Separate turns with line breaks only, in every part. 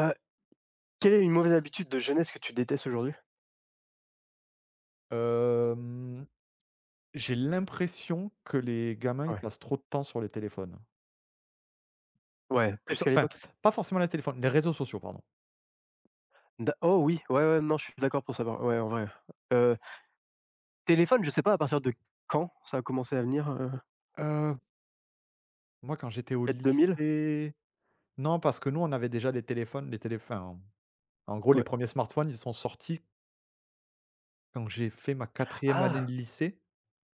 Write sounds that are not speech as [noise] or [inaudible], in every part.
Heu, Quelle est une mauvaise habitude de jeunesse que tu détestes aujourd'hui?
Hem, j'ai l'impression que les gamins, ils
Ouais.
passent trop de temps sur les téléphones.
Ouais,
C'est
plus
sur
qu'à
enfin,
l'époque?
pas forcément les téléphones, les réseaux sociaux, pardon.
D'a Oh oui, ouais, ouais, non, je suis d'accord pour savoir. Ouais, en vrai. Heu, Téléphone, je sais pas à partir de quand ça a commencé à venir,
Heu, Moi, quand j'étais au
peut-être 2000.
lycée non, parce que nous, on avait déjà des téléphones, les télé enfin, en gros, les
Ouais.
premiers smartphones, ils sont sortis quand j'ai fait ma quatrième année de
Ah!
lycée.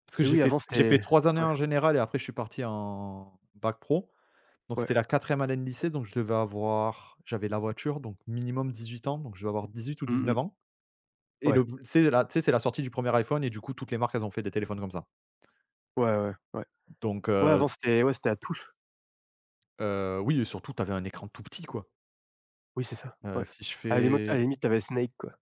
Parce que
Et
j'ai
oui,
fait
avant
j'ai fait
c'était,
3 années
ouais,
en général et après, je suis parti en bac pro. Donc
ouais.
c'était la quatrième année de lycée, donc je devais avoir j'avais la voiture, donc minimum 18 ans, donc je devais avoir 18 ou
Mmh
19
mh.
ans et
Ouais.
le c'est la tu sais, c'est la sortie du premier iPhone et du coup, toutes les marques, elles ont fait des téléphones comme ça.
Ouais, ouais, ouais.
Donc
Ouais, avant
c
c'était, ouais, c'était à touche.
oui et surtout, t'avais un écran tout petit, quoi.
Oui, c'est ça, ouais.
Si je
À la
fais,
limite, t'avais Snake, quoi.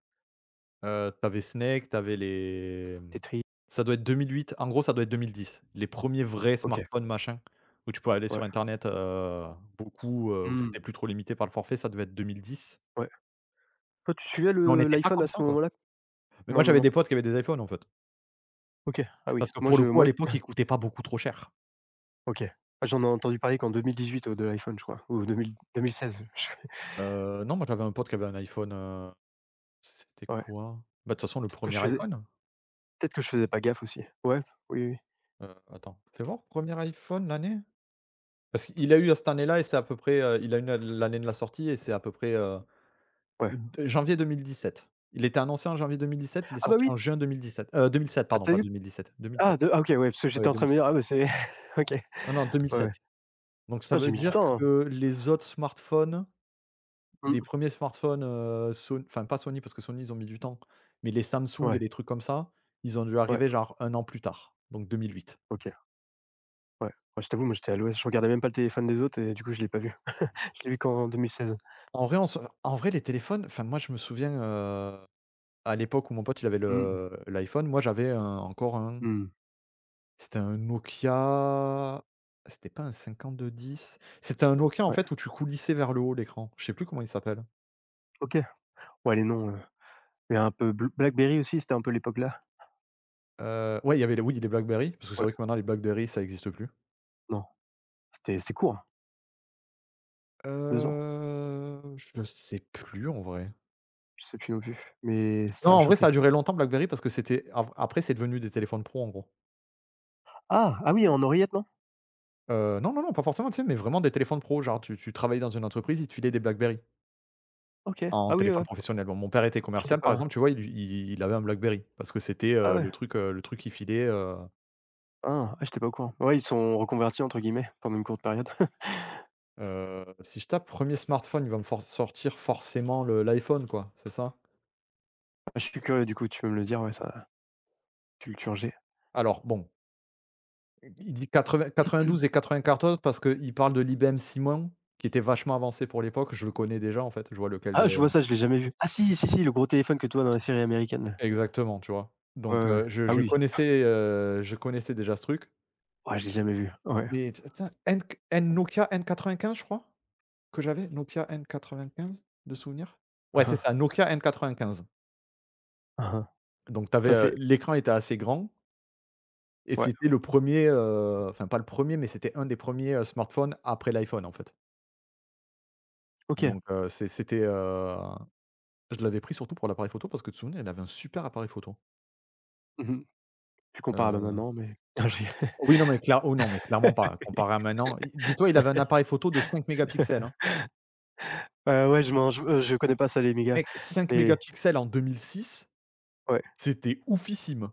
tu Snake, t'avais les,
Tetris.
ça doit être 2008, en gros, ça doit être 2010. Les premiers vrais
OK,
smartphones, machin, où tu pouvais aller sur
ouais.
internet, beaucoup, où
Mmh,
c'était plus trop limité par le forfait, ça devait être 2010.
ouais. Toi, tu suivais
Mais on
le
n'était pas
l'iPhone
comme
à
ça,
ce
quoi.
moment-là?
Mais moi,
Non, non,
j'avais
non.
des potes qui avaient des iPhones, en fait.
OK. Ah oui,
Parce que
moi
pour le
je
coup, à
moi
l'époque, il coûtait pas beaucoup trop cher.
OK. Ah, j'en ai entendu parler qu'en 2018, de l'iPhone, je crois, ou 2000-2016. [laughs]
Non, moi j'avais un pote qui avait un iPhone. C'était
Je Ouais,
quoi? Bah, de toute façon le
peut-être que
premier
je faisais
iPhone.
peut-être que je faisais pas gaffe aussi. Ouais, oui, oui,
Attends, fais voir premier iPhone, l'année? Parce qu'il a eu, à cette année-là et c'est à peu près, il a eu na l'année de la sortie et c'est à peu près,
ouais.
d janvier 2017. Il était annoncé en janvier 2017, il est
Ah, bah,
sorti
oui,
en juin 2017, 2007
ah,
pardon,
tu
pas
vu?
2017, 2007.
Ah, de Ah, OK, ouais, parce que
Ouais,
j'étais en train de me
2007.
dire: «Ah, bah, c'est» [laughs] OK, ouais,
Non, non,
ouais.
2007. Donc ça
Ah, j'ai
veut
mis du
dire
temps, hein.
que les autres smartphones. Des
Mmh.
premiers smartphones, Son enfin pas Sony parce que Sony ils ont mis du temps, mais les Samsung et
Ouais,
les trucs comme ça, ils ont dû
ouais,
arriver genre un an plus tard, donc 2008.
OK, ouais. Ouais, je t'avoue, moi, j'étais à l'ouest, je regardais même pas le téléphone des autres et du coup, je l'ai pas vu. [laughs] Je l'ai vu qu'en 2016.
En vrai, les téléphones, enfin moi je me souviens, à l'époque où mon pote il avait
Mmh mh.
le l'iPhone, moi j'avais un encore un,
Mmh.
c'était un Nokia, c'était pas un cinquante-deux dix. C'était un Nokia en
Ouais,
fait où tu coulissais vers le haut l'écran. Je sais plus comment il s'appelle.
OK. Ouais, les noms, il y a un peu Bl BlackBerry aussi, c'était un peu l'époque là?
Ouais il y avait les, oui, les BlackBerry, parce que c'est
Ouais,
vrai que maintenant les BlackBerry ça n'existe plus.
non, c'était court, hein, 2 ans?
Je sais plus en vrai.
Je sais plus non plus, mais
Non,
ça a
en vrai, ça
choqué.
a duré longtemps BlackBerry parce que c'était av après, c'est devenu des téléphones pro, en gros.
Ah! Ah oui, en oreillette, non?
Non, non, non, pas forcément, tu sais, mais vraiment des téléphones pro, genre tu travaillais dans une entreprise, ils te filaient des BlackBerry
OK.
en
Ah oui,
téléphone
ouais.
professionnel. Bon, mon père était
J'étais
commercial, par
pas
exemple, tu vois, il avait un BlackBerry parce que c'était,
Ah
le
ouais.
truc, le truc qu'il filait.
Ah! Ah, j'étais pas au courant. Ouais, ils sont reconvertis entre guillemets pendant une courte période. [laughs]
Si je tape premier smartphone, il va me for sortir forcément le l'iPhone, quoi, c'est ça?
Je suis curieux du coup, tu peux me le dire, ouais, ça culture G.
Alors bon, il dit quatre-vingts quatre-vingt-douze et 94 parce qu'il parle de l'IBM Simon qui était vachement avancé pour l'époque. Je le connais déjà, en fait, je vois lequel de.
Ah, je vois ça, je l'ai jamais vu. Ah si, si, si, le gros téléphone que tu vois dans la série américaine là.
Exactement, tu vois?
Ouais,
Donc
ouais, ouais.
je
Ah
je
oui.
connaissais, heu, je connaissais déjà ce truc,
Ouais, je l'ai jamais vu. Ouais.
mais t tin N q N Nokia n quinze je crois, que j'avais? Nokia n quatre-vingt-quinze, de souvenir? Ouais,
Mmh
c'est
mh.
ça, Nokia N95.
Mmh mh.
Donc tu avais,
Ça c'est
l'écran était assez grand et
Ouais,
c'était le premier, er enfin pas le premier, mais c'était un des premiers ers smartphones après l'iPhone, en fait.
OK.
Donc je l'avais pris surtout pour l'appareil photo parce que de souvenir, il avait un super appareil photo.
Mmh mh. Plus comparable à
Heu
maintenant, mais [laughs] ah j'ai
Oui, non, mais clair oh non, mais clairement pas. Comparé à maintenant, i dis-toi, il avait un appareil photo de 5 mégapixels, hein.
[laughs] ouais, je connais pas ça les mégas,
Mec, 5
mais
mégapixels en 2006,
ouais.
c'était oufissime.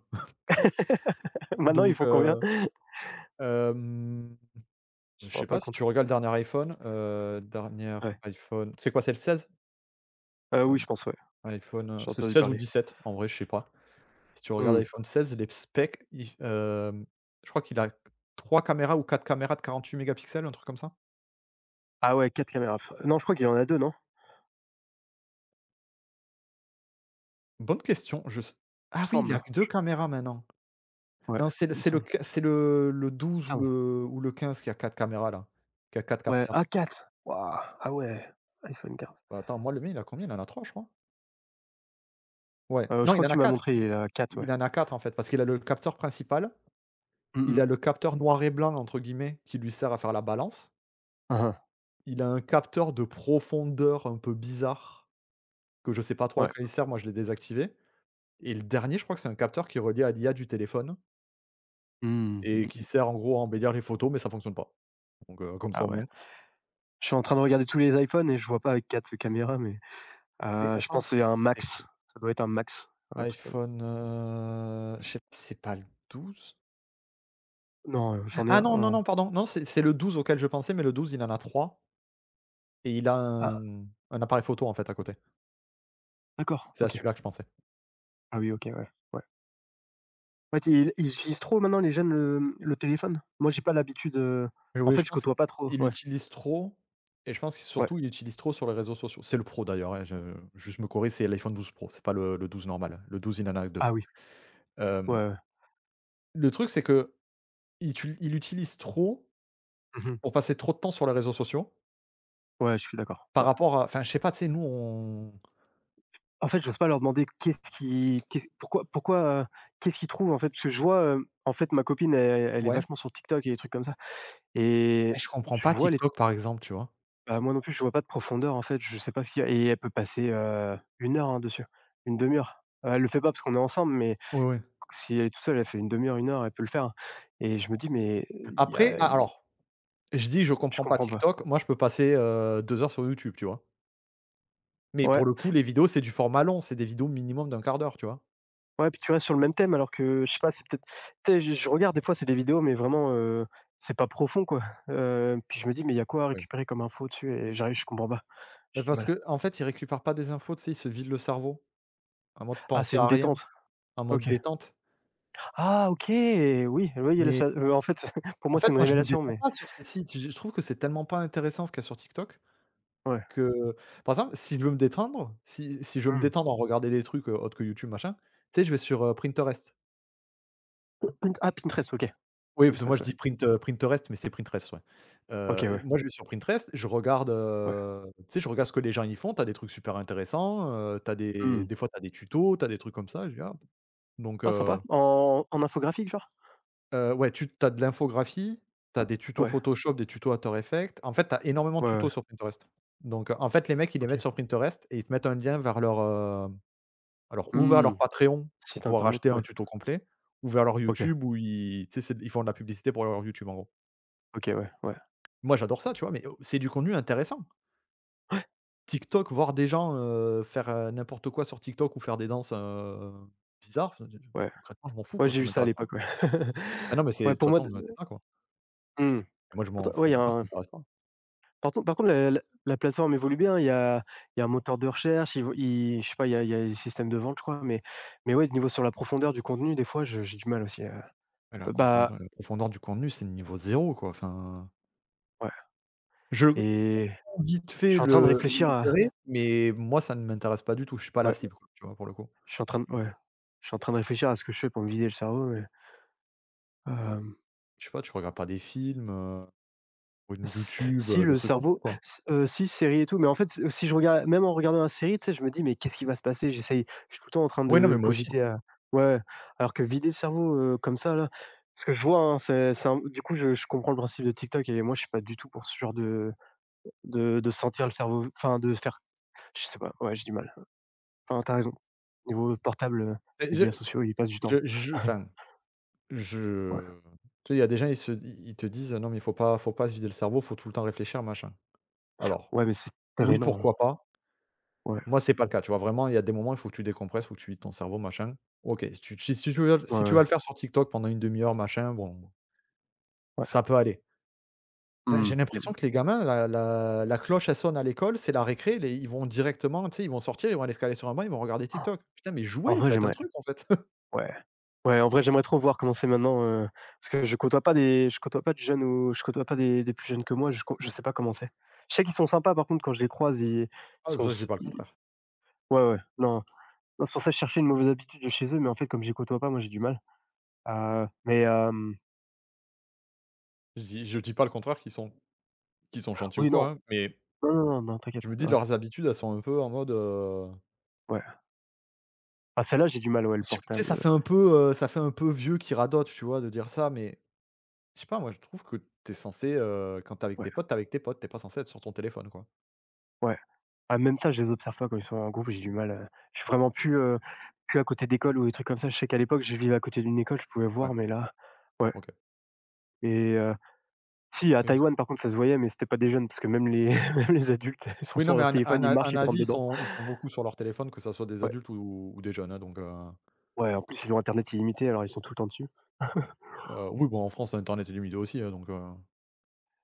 [laughs] Maintenant, ils
Donc,
font combien? [laughs]
hem,
Je
je
me rends
sais pas
pas
si
compte.
tu regardes le dernier iPhone. Dernier
Ouais.
iPhone c'est quoi, c'est le 16? Heu,
Oui, je pense, ouais.
iPhone,
J'ai
c'est
entendu
16 ou
parler.
17, en vrai, je sais pas. Si tu regardes
Mmh.
iPhone 16, les specs, je crois qu'il a 3 caméras ou 4 caméras de 48 mégapixels, un truc comme ça?
Ah ouais, 4 caméras f non, je crois qu'il en a deux non?
Bonne question, je s ah
Il me
oui, il a
semble.
que 2 caméras maintenant.
Ouais,
Non, c'est le
il me
c'est le
semble.
qu c'est le le 12 ou
15.
le 15 qui a 4 caméras là, qui a 4
Ouais, ah
capteurs.
4. Waouh! Ah ouais, iPhone 15.
Bah, attends, moi le mien, il a combien? Il en a 3, je crois? Ouais,
Je
non, il
crois
en
que
a
tu m'as
4.
montré, il est à ouais.
Il en a 4 en fait, parce qu'il a le capteur principal,
Mmh
il
mh.
a le capteur «noir et blanc» entre guillemets qui lui sert à faire la balance.
Hein,
Il a un capteur de profondeur un peu bizarre que je sais pas trop
hein,
à
ouais.
quoi il sert, moi je l'ai désactivé et le dernier, je crois que c'est un capteur qui est relié à l'IA du téléphone
Mmh,
et
mmh
qui
mh.
sert en gros à embellir les photos mais ça fonctionne pas. Donc comme ça
Ah
au
ouais.
moins
Je suis en train de regarder tous les iPhones et je vois pas avec 4 caméras mais,
et
je
attends,
pense que c'est un
c'est
max. Ça doit être un max, un truc comme ça.
iPhone, je sais p c'est pas le 12.
Non, j'en ai
Ah
un
non, non,
oh.
non, pardon, non, c'est le 12 auquel je pensais, mais le 12 il en a 3 et il a un,
Ah
mmh, un appareil photo, en fait, à côté.
d'accord,
C'est à
OK.
celui-là que je pensais.
Ah oui, OK, ouais, ouais. Ouais, tu ils ils utilisent trop maintenant les jeunes le téléphone? Moi j'ai pas l'habitude,
Mais
en
oui,
fait
je
je
pense
côtoie pas trop,
il
ouais,
utilise trop et je pense que
ouais.
surtout, il utilise trop sur les réseaux sociaux. C'est le pro, d'ailleurs, hein, je juste me corrige, c'est l'iPhone 12 Pro, c'est pas le 12 normal. Le 12 il en a que deux.
Ah oui, ouais,
Hem,
ouais.
le truc, c'est qu'il tu il utilise trop
Mmh.
pour passer trop de temps sur les réseaux sociaux
Ouais, je suis d'accord,
par
ouais.
rapport à enfin, je sais pas, tu sais, nous, on
En fait, j'ose pas leur demander qu'est-ce qui qu'est pourquoi pourquoi, qu'est-ce qu'ils trouvent en fait? Parce que je vois, en fait, ma copine elle est
ouais?
vachement sur TikTok et des trucs comme ça
Et
et
je comprends
je
pas
vois les
TikTok, par exemple, tu vois?
bah, moi non plus, je vois pas de profondeur en fait, je sais pas ce qu'il y a, et elle peut passer, 1 heure, hein, dessus, une demi 2 heure. Elle le fait pas parce qu'on est ensemble, mais
Oui. Ouais.
si elle est toute seule, elle fait une demi heure, une heure, elle peut le faire et je me dis: «Mais il y
Après
a
a alors, je dis: «Je
Je
comprends pas
comprends pas».
TikTok», moi, je peux passer, 2 heures sur YouTube, tu vois? Mais
Ouais.
pour le coup, les vidéos, c'est du format long, c'est des vidéos minimum d'un quart d'heure, tu vois?
Ouais, puis tu vois, sur le même thème, alors que je sais pas, c'est peut-être, tu sais, je regarde, des fois c'est des vidéos mais vraiment, c'est pas profond, quoi, [laughs] puis je me dis: «Mais il y a quoi à
Oui.
récupérer comme info dessus?» et j'arrive je comprends pas.
Bah,
J'ai du
parce
mal.
que, en fait, ils récupèrent pas des infos, tu sais? Ils se vident le cerveau, en mode
«Ah,
penser
c'est une
à rien,
détente.
en mode
OK.
détente.
Ah OK! Oui, oui là
Mais
ça» en fait, [laughs] pour
en
moi
fait,
c'est une
moi, je me
révélation,
détends
mais
pas sur ces sites. Je trouve que c'est tellement pas intéressant ce qu'il y a sur TikTok
ouais.
que par exemple, si je veux me détendre, si je veux me
Mmh.
détendre en regarder des trucs, autres que YouTube, machin, tu sais? Je vais sur, Printerest.
Pint Ah Pinterest, OK.
Oui, parce que moi
Pinterest,
je
ouais.
dis Printerest, mais c'est printerest. Ouais.
OK, ouais,
Moi je vais sur printerest.
ouais.
Tu sais, je regarde ce que les gens y font. T'as des trucs super intéressants, tu
Mmh.
des fois t'as des tutos, t'as des trucs comme ça, je dis: «Ah.» Donc
Ah sympa. En infographique genre?
ouais, tu as de l'infographie, t'as des tutos
Ouais,
Photoshop, des tutos After Effects. En fait, t'as énormément de
ouais, ouais,
tutos sur Printerest. Donc en fait, les mecs, ils les mettent
OK.
sur Printerest et ils te mettent un lien vers leur, alors ou vers
Hmm.
leur Patreon pour
Site
pouvoir
internet,
acheter un
ouais.
tuto complet ou vers leur
OK,
YouTube où ils tu sais, c'est ils font de la publicité pour leur YouTube, en gros.
OK, ouais, ouais.
Moi, j'adore ça, tu vois? Mais c'est du contenu intéressant.
Ouais.
TikTok, voir des gens, faire, n'importe quoi sur TikTok ou faire des danses, bizarres, enfin, je
Ouais.
concrètement, je m'en fous,
Ouais,
quoi,
j'ai
ça
vu ça à
m'intéresse pas.
l'époque, ouais. [laughs]
Ah non, mais c'est de
Ouais,
toute
pour moi d
façon, ouais, c'est ça, quoi.
mmh.
Moi, je m'en
Pourtant ouais,
enfin,
il y a
moi, ça
un
m'intéresse pas.
par contre la plateforme évolue bien, il y a un moteur de recherche, ils vont ils je sais pas, il y a des systèmes de vente, je crois, mais ouais, niveau sur la profondeur du contenu, des fois, je j'ai du mal aussi à,
Et la compen
bah,
la profondeur du contenu, c'est le niveau zéro quoi, enfin,
ouais,
je comprends
et
vite
je
fait
suis en train de
le
réfléchir à
l'intérêt, mais moi, ça ne m'intéresse pas du tout. Je suis pas la
ouais,
cible, quoi, tu vois, pour le coup.
je suis en train de ouais, je suis en train de réfléchir à ce que je fais pour me vider le cerveau, mais hem
Je sais pas, tu regardes pas des films, ou
S
YouTube,
si
des
le
trucs comme ça,
cerveau
quoi.
s si série et tout, mais en fait, si je regarde même en regardant la série, tu sais, je me dis: «Mais qu'est-ce qui va se passer?» j'essaye je suis tout le temps en train
Oui, non, mais
de
moi aussi.
cogiter à, ouais, alors que vider le cerveau, comme ça là, ce que je vois, hein, c'est un du coup, je comprends le principe de TikTok et moi, je suis pas du tout pour ce genre de de sentir le cerveau, enfin de faire, je sais pas, ouais, j'ai du mal. Enfin, t'as raison. Niveau portable,
Et je
médias sociaux, ils passent du
je
temps.
je enfin,
[laughs] Ouais,
Je tu sais, il y a des gens, ils te disent: «Non mais il faut pas se vider le cerveau, faut tout le temps réfléchir, machin». Alors,
ouais, mais c'est
oui,
drainant, hein.
pourquoi pas.
Ouais,
Moi, c'est pas le cas, tu vois? Vraiment, il y a des moments, il faut que tu décompresses, il faut que tu vides ton cerveau, machin. OK, si tu si si tu veux
ouais,
si tu
ouais,
vas le faire sur TikTok pendant une demi heure, machin, bon,
ouais.
ça peut aller. Putain,
Mmh,
j'ai l'impression
mmh.
que les gamins, la cloche, elle sonne à l'école, c'est la récré, les ils vont directement, tu sais, ils vont sortir, ils vont aller se caler sur un banc, ils vont regarder TikTok. Putain, mais
En
jouez,
vrai,
faites un
j'aimerais
truc, en fait. [laughs]
ouais. Ouais, en vrai, j'aimerais trop voir comment c'est maintenant, parce que je côtoie pas de jeunes ou je côtoie pas des plus jeunes que moi, je sais pas comment c'est. Je sais qu'ils sont sympas, par contre, quand je les croise, ils
Ah,
sont
ça, je dis
s
pas le
ils
contraire.
ouais, ouais, non, non, c'est pour ça que je cherchais une mauvaise habitude de chez eux, mais en fait, comme je les côtoie pas, moi, j'ai du mal. Mais
Je dis pas le contraire qu'ils sont gentils ou
oui, non,
quoi, hein, mais
non, non, non, non, t'inquiète,
je me dis
ouais,
leurs habitudes, elles sont un peu en mode.
ouais. Ah, celle-là, j'ai du mal, ouais, le
Je Tu sais,
portable,
ça fait un peu vieux qui radote, tu vois, de dire ça, mais je sais pas, moi, je trouve que t'es censé, quand t'es avec
ouais,
tes potes, t'es avec tes potes, t'es pas censé être sur ton téléphone, quoi.
ouais. Ah, même ça, je les observe pas quand ils sont en groupe, j'ai du mal, je suis vraiment plus, plus à côté d'école ou des trucs comme ça. Je sais qu'à l'époque, je vivais à côté d'une école, je pouvais
Ouais,
voir, mais là, ouais.
OK.
Et si à
Oui,
Taïwan par contre ça se voyait, mais c'était pas des jeunes parce que même les [laughs] même les adultes, ils sont
oui, non,
sur
mais
leur
en en
téléphone, ils
A
marchent,
en
ils te
Asie,
rentrent
ils
dedans.
sont ils sont beaucoup sur leur téléphone, que ça soit des
Ouais,
adultes ou des jeunes, hein, donc,
ouais, en plus ils ont internet illimité alors ils sont tout le temps dessus.
oui, bon, en France, internet est limité aussi, hein, donc,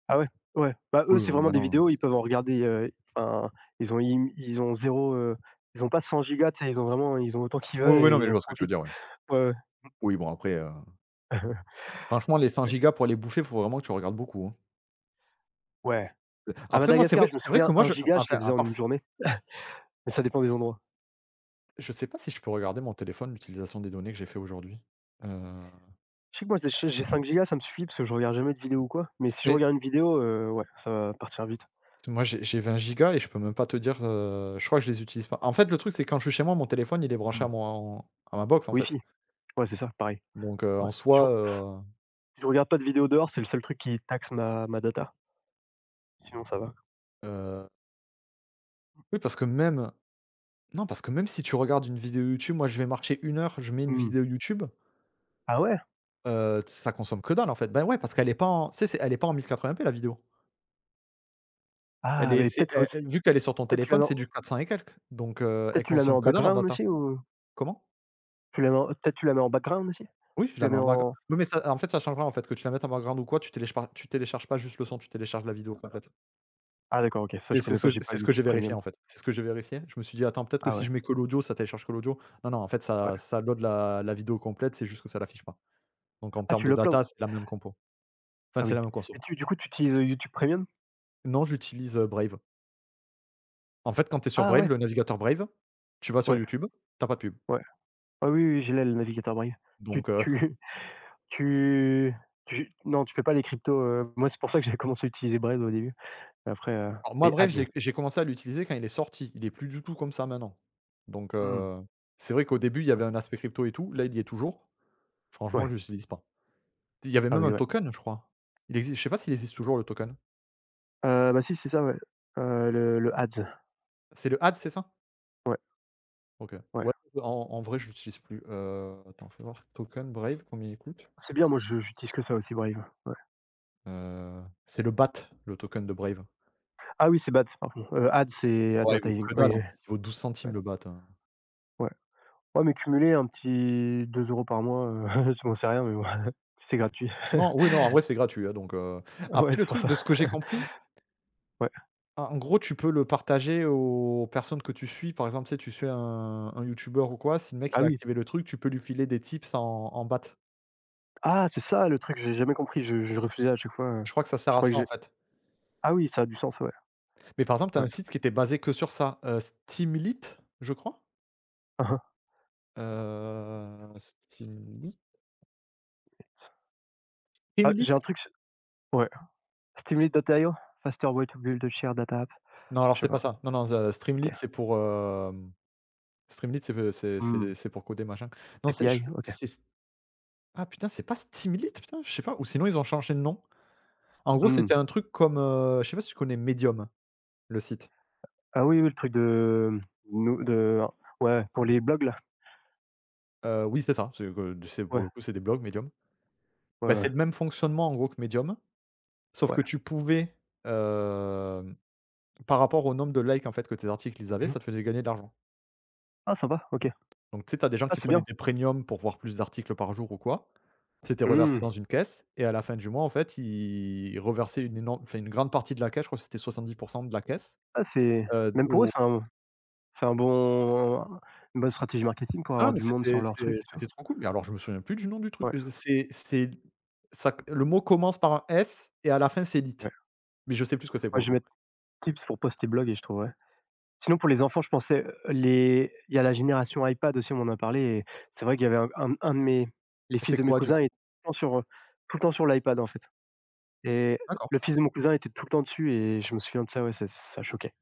Ah ouais? Ouais, bah,
oui,
eux c'est
oui, bah,
vraiment des
non.
vidéos, ils peuvent en regarder, enfin ils ont zéro. Ils ont pas 100 gigas, tu sais? Ils ont autant qu'ils
Oui,
veulent
oui, non,
et
mais
ils
je
en
vois ce que tu veux
profitent.
dire, ouais.
Ouais, ouais.
Oui, bon, après,
[laughs]
franchement, les cent
Ouais.
gigas pour les bouffer, faut vraiment que tu regardes beaucoup, hein.
Ouais. À
Après, moi, c'est
Madagascar,
vrai
je me
c'est vrai que
souviens
moi,
un
je
giga, je les
enfin,
faisais
à
en
part.
une journée, mais ça dépend des endroits.
Je sais pas si je peux regarder mon téléphone, l'utilisation des données que j'ai fait aujourd'hui. Heu,
Je sais que moi j'ai gigas, ça me suffit parce que je regarde jamais de vidéo ou quoi, mais si je
mais
regarde une vidéo, ouais, ça va partir vite.
moi j'ai 20 gigas et je peux même pas te dire, je crois que je les utilise pas. En fait, le truc, c'est que quand je suis chez moi, mon téléphone, il est branché
Hmm.
à mon à ma box, en fait.
Wi-Fi. Ouais, c'est ça, pareil.
Donc,
Ouais.
en
Je
soi,
je regarde pas de vidéos dehors, c'est le seul truc qui taxe ma data. Sinon ça va.
heu, oui, parce que même, non, parce que même si tu regardes une vidéo YouTube, moi je vais marcher une heure, je mets une
Mmh.
vidéo YouTube,
Ah ouais?
ça consomme que dalle, en fait. Ben, ouais, parce qu'elle est pas en, tu sais, c'est elle est pas en 1080p la vidéo. Elle
Ah,
est
mais
C'est, vu qu'elle est sur ton
peut-être tu la
téléphone,
mets
c'est
en
du 400 et quelques, donc, elle
peut-être tu la mets
consomme
en
que dalle en
background
data.
aussi ou
Comment?
tu la mets en peut-être tu la mets en background aussi?
Oui, je
Tu
la
la
mets
mets
en background.
en
Oui, mais ça en fait, ça change rien, en fait, que tu la mettes en background ou quoi, tu télécharges pas juste le son, tu télécharges la vidéo complète.
Ah d'accord, OK, ça
C'est
je
c'est
connais
ce
pas,
que
j'ai pas
c'est ce que j'ai
YouTube
vérifié,
Premium.
en fait. C'est ce que j'ai vérifié. Je me suis dit: «Attends, peut-être que
Ah
si
ouais,
je mets que l'audio, ça télécharge que l'audio». Non, non, en fait,
ouais.
ça load la vidéo complète, c'est juste que ça l'affiche pas. Donc en
Ah
termes
tu
de
l'upload?
data, c'est la même compo. Enfin,
Ah
c'est la
oui.
même conso.
Mais tu du coup, tu utilises, YouTube Premium?
Non, j'utilise, Brave. En fait, quand tu es sur
Ah
Brave,
ouais,
le navigateur Brave, tu vas sur
ouais,
YouTube, t'as pas de pub.
ouais. Ah oui, oui, je l'ai le navigateur Braille. Tu
Donc heu
tu [laughs] tu tu non, tu fais pas les cryptos. Moi, c'est pour ça que j'ai commencé à utiliser Braille au début. Après,
Alors moi
les
bref,
ads.
j'ai commencé à l'utiliser quand il est sorti. Il est plus du tout comme ça maintenant. Donc,
Mmh.
c'est vrai qu'au début, il y
Ouais.
avait un aspect crypto et tout. Là, il y est toujours. Franchement,
Ouais.
je ne l'utilise pas. Il y avait
Ah
même
oui,
un
ouais.
token, je crois. Il existe, je sais pas s'il existe toujours le token.
Bah si, c'est ça, ouais. Le Ads.
C'est le HADS, c'est ça?
Ouais,
OK.
ouais.
Ouais, en vrai, je l'utilise plus. Attends, fais voir. Token Brave, combien il coûte?
C'est bien, moi je j'utilise que ça aussi Brave. Ouais.
C'est le BAT, le token de Brave.
Ah oui, c'est Bats, pardon. Ads, c'est
Ouais, il vaut
advertising.
que dalle
Oui,
en
oui,
plus, il vaut 12
Bats,
centimes le BAT, hein.
ouais. Ouais, mais cumuler un petit 2 euros par mois, [laughs] je m'en sais rien, mais bon, [laughs] c'est gratuit.
Non, oui, non, en vrai, c'est gratuit, hein, donc,
Ouais,
après le
c'est pour
truc
ça.
de ce que j'ai compris.
Ouais.
Ah, en gros, tu peux le partager aux personnes que tu suis. Par exemple, tu sais, tu suis un youtubeur ou quoi, si le mec
Ah
il a
oui.
activé le truc, tu peux lui filer des tips en bahts.
Ah, c'est ça le truc, j'ai jamais compris, je refusais à chaque fois,
Je crois que ça sert
je
à
croyais
ça,
que
en
j'ai
fait.
ah oui, ça a du sens, ouais.
Mais par exemple, tu as un
Ouais.
site qui était basé que sur ça, Steamlit, je crois?
Hein, hein.
Steamlit?
Ah, j'ai
Streamlit?
un truc s ouais. Steamlit.io? Faster way to build a shared data app?
Non, alors
Je sais
c'est pas
pas.
ça. Non, non, ze Streamlit,
OK.
c'est pour, Streamlit, c'est, c'est
Mmh.
c'est c'est pour coder, machin. Non, c'est je
API? OK.
c'est ah putain, c'est pas Steamlit, putain? Je sais pas, ou sinon ils ont changé de nom. En gros,
Mmh.
c'était un truc comme, je sais pas si tu connais Medium? Le site?
Ah oui, oui, le truc de nou de ouais, pour les blogs là?
Oui, c'est ça, c'est que c'est pour
Ouais,
le coup, c'est des blogs Medium.
ouais,
Bah,
ouais,
c'est le même fonctionnement en gros que Medium, sauf
ouais.
que tu pouvais, hem, par rapport au nombre de likes en fait que tes articles ils avaient,
Mmh.
ça te faisait gagner de l'argent.
Ah sympa, OK.
Donc tu sais, t'as des gens
Ah
qui
c'est
prenaient
bien.
des premiums pour voir plus d'articles par jour ou quoi. C'était reversé
Mmh.
dans une caisse et à la fin du mois en fait, ils reversaient une énorme, enfin une grande partie de la caisse, je crois que c'était 70 de la caisse,
Ah c'est Même pour eux,
au
c'est un bon une bonne stratégie marketing pour
ah,
avoir
mais
du monde sur
c'était
leur truc
c'était
et tout.
c'était trop cool, mais alors je me souviens plus du nom du truc,
Ouais,
c'est ça, le mot commence par un S et à la fin c'est lit.
ouais.
Mais je sais plus ce que c'est pour
Moi
le
je vais
coup.
mettre tips pour poster blog et je trouverai. Sinon pour les enfants, je pensais, les il y a la génération iPad aussi, on en a parlé et c'est vrai qu'il y avait un de mes les fils
C'est
de mes
quoi du
cousins
coup?
étaient tout le temps sur l'iPad en fait. Et le
D'accord.
fils de mon cousin était tout le temps dessus et je me souviens de ça, ouais, ça choquait.